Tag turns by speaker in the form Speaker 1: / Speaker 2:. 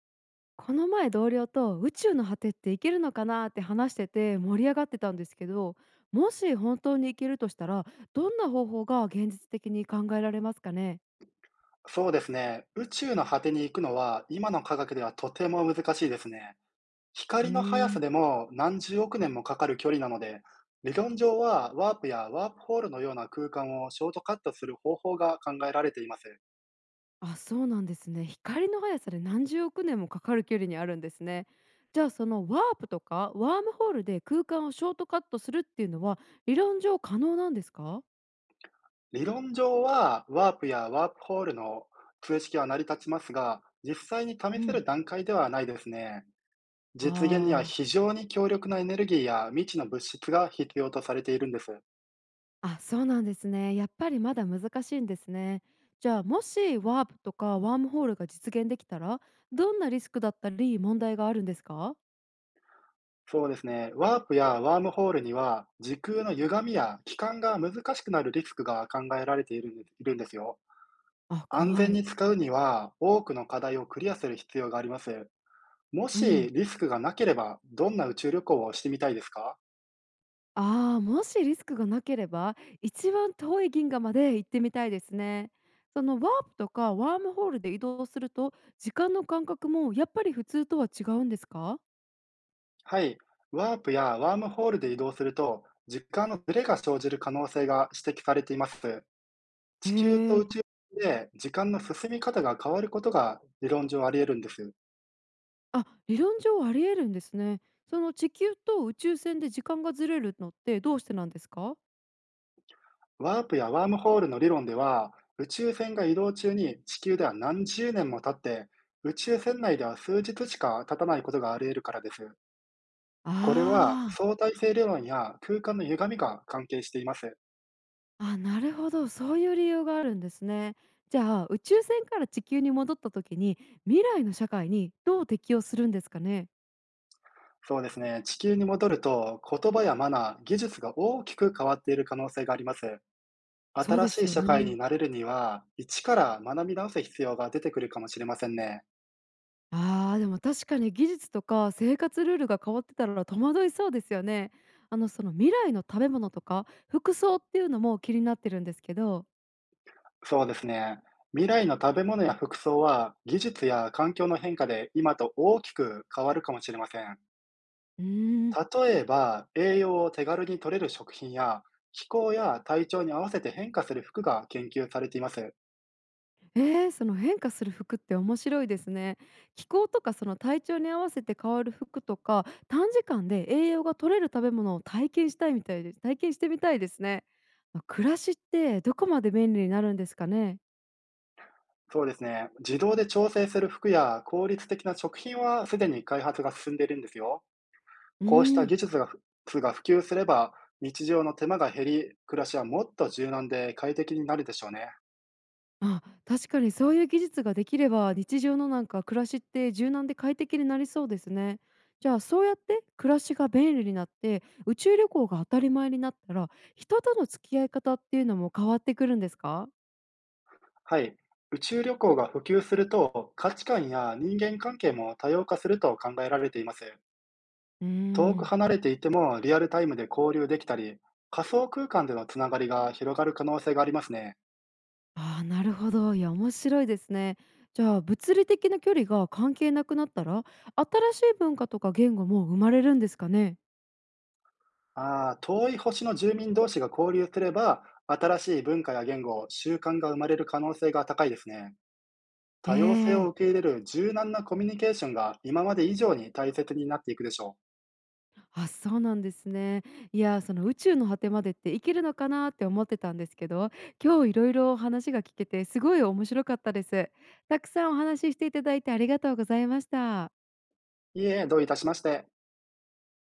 Speaker 1: この前同僚と宇宙の果てって行けるのかなって話してて盛り上がってたんですけど、もし本当に行けるとしたら、どんな方法が現実的に考えられますかね？
Speaker 2: そうですね。宇宙の果てに行くのは今の科学ではとても難しいですね。
Speaker 1: うー
Speaker 2: 光の速
Speaker 1: ん、
Speaker 2: さでも何十億年もかかる距離なので、理論上はワープやワープホールのような空間をショートカットする方法が考えられています。
Speaker 1: あ、そうなんですね。光の速さで何十億年もかかる距離にあるんですね。じゃあ、そのワープとかワームホールで空間をショートカットするっていうのは、理論上可能なんですか？
Speaker 2: 理論上はワープやワープホールの通式は成り立ちますが、実際に試
Speaker 1: う
Speaker 2: せ
Speaker 1: ん、
Speaker 2: る段階ではないですね。実現には
Speaker 1: ああー
Speaker 2: 非常に強力なエネルギーや未知の物質が必要とされているんです。
Speaker 1: あ、そうなんですね。やっぱりまだ難しいんですね。じゃあ、もしワープとかワームホールが実現できたら、どんなリスクだったり問題があるんですか？
Speaker 2: そうですね。ワープやワームホールには、時空の歪みや帰還が難しくなるリスクが考えられているんですよ。
Speaker 1: あ、
Speaker 2: 安
Speaker 1: 怖
Speaker 2: 全
Speaker 1: い。
Speaker 2: に使うには、多くの課題をクリアする必要があります。も
Speaker 1: う
Speaker 2: し
Speaker 1: ん。
Speaker 2: リスクがなければ、どんな宇宙旅行をしてみたいですか？
Speaker 1: ああ、もしリスクがなければ一番遠い銀河まで行ってみたいですね。そのワープとかワームホールで移動すると、時間の感覚もやっぱり普通とは違うんですか？
Speaker 2: はい。ワープやワームホールで移動すると、時間のズレが生じる可能性が指摘されています。
Speaker 1: へ
Speaker 2: 地球と
Speaker 1: え。
Speaker 2: 宇宙で時間の進み方が変わることが理論上あり得るんです。
Speaker 1: あ、理論上ありえるんですね。その地球と宇宙船で時間がずれるのってどうしてなんですか？
Speaker 2: ワープやワームホールの理論では、宇宙船が移動中に地球では何十年も経って、宇宙船内では数日しか経たないことがあり得るからです。これは
Speaker 1: あ
Speaker 2: 相対性理論や空間の歪みが関係しています。
Speaker 1: あ、あ、なるほど、そういう理由があるんですね。じゃあ、宇宙船から地球に戻った時に、未来の社会にどう適応するんですかね？
Speaker 2: そうですね、地球に戻ると言葉やマナー、技術が大きく変わっている可能性があります。
Speaker 1: そう
Speaker 2: 新
Speaker 1: で
Speaker 2: し
Speaker 1: す
Speaker 2: い
Speaker 1: よ
Speaker 2: 社会
Speaker 1: ね。
Speaker 2: になれるには、一から学び直す必要が出てくるかもしれませんね。
Speaker 1: ああ、でも確かに技術とか生活ルールが変わってたら戸惑いそうですよね。その未来の食べ物とか服装っていうのも気になってるんですけど。
Speaker 2: そうですね。未来の食べ物や服装は、技術や環境の変化で今と大きく変わるかもしれません。
Speaker 1: うーん。
Speaker 2: 例えば、栄養を手軽に摂れる食品や、気候や体調に合わせて変化する服が研究されています。
Speaker 1: えー、その変化する服って面白いですね。気候とかその体調に合わせて変わる服とか、短時間で栄養が取れる食べ物を体験したいみたいです。体験してみたいですね。まあ、暮らしってどこまで便利になるんですかね。
Speaker 2: そうですね。自動で調整する服や効率的な食品はすでに開発が進んでいるんですよ。
Speaker 1: う
Speaker 2: こうし
Speaker 1: ー
Speaker 2: た
Speaker 1: ん。
Speaker 2: 技術が普及すれば、日常の手間が減り、暮らしはもっと柔軟で快適になるでしょうね。
Speaker 1: あ、確かにそういう技術ができれば日常の暮らしって柔軟で快適になりそうですね。じゃあ、そうやって暮らしが便利になって宇宙旅行が当たり前になったら、人との付き合い方っていうのも変わってくるんですか？
Speaker 2: はい。宇宙旅行が普及すると、価値観や人間関係も多様化すると考えられています。
Speaker 1: うー
Speaker 2: 遠く
Speaker 1: ん。
Speaker 2: 離れていてもリアルタイムで交流できたり、仮想空間でのつながりが広がる可能性がありますね。
Speaker 1: ああ、なるほど。いや、面白いですね。じゃあ、物理的な距離が関係なくなったら、新しい文化とか言語も生まれるんですかね？
Speaker 2: ああ、遠い星の住民同士が交流すれば、新しい文化や言語、習慣が生まれる可能性が高いですね。
Speaker 1: え
Speaker 2: 多様性を
Speaker 1: え。
Speaker 2: 受け入れる柔軟なコミュニケーションが今まで以上に大切になっていくでしょ
Speaker 1: あ、そうなんですね。いや、その宇宙の果てまでって行けるのかなって思ってたんですけど、今日いろいろお話が聞けてすごい面白かったです。たくさんお話ししていただいて、ありがとうございました。
Speaker 2: う。いいえ、どういたしまして。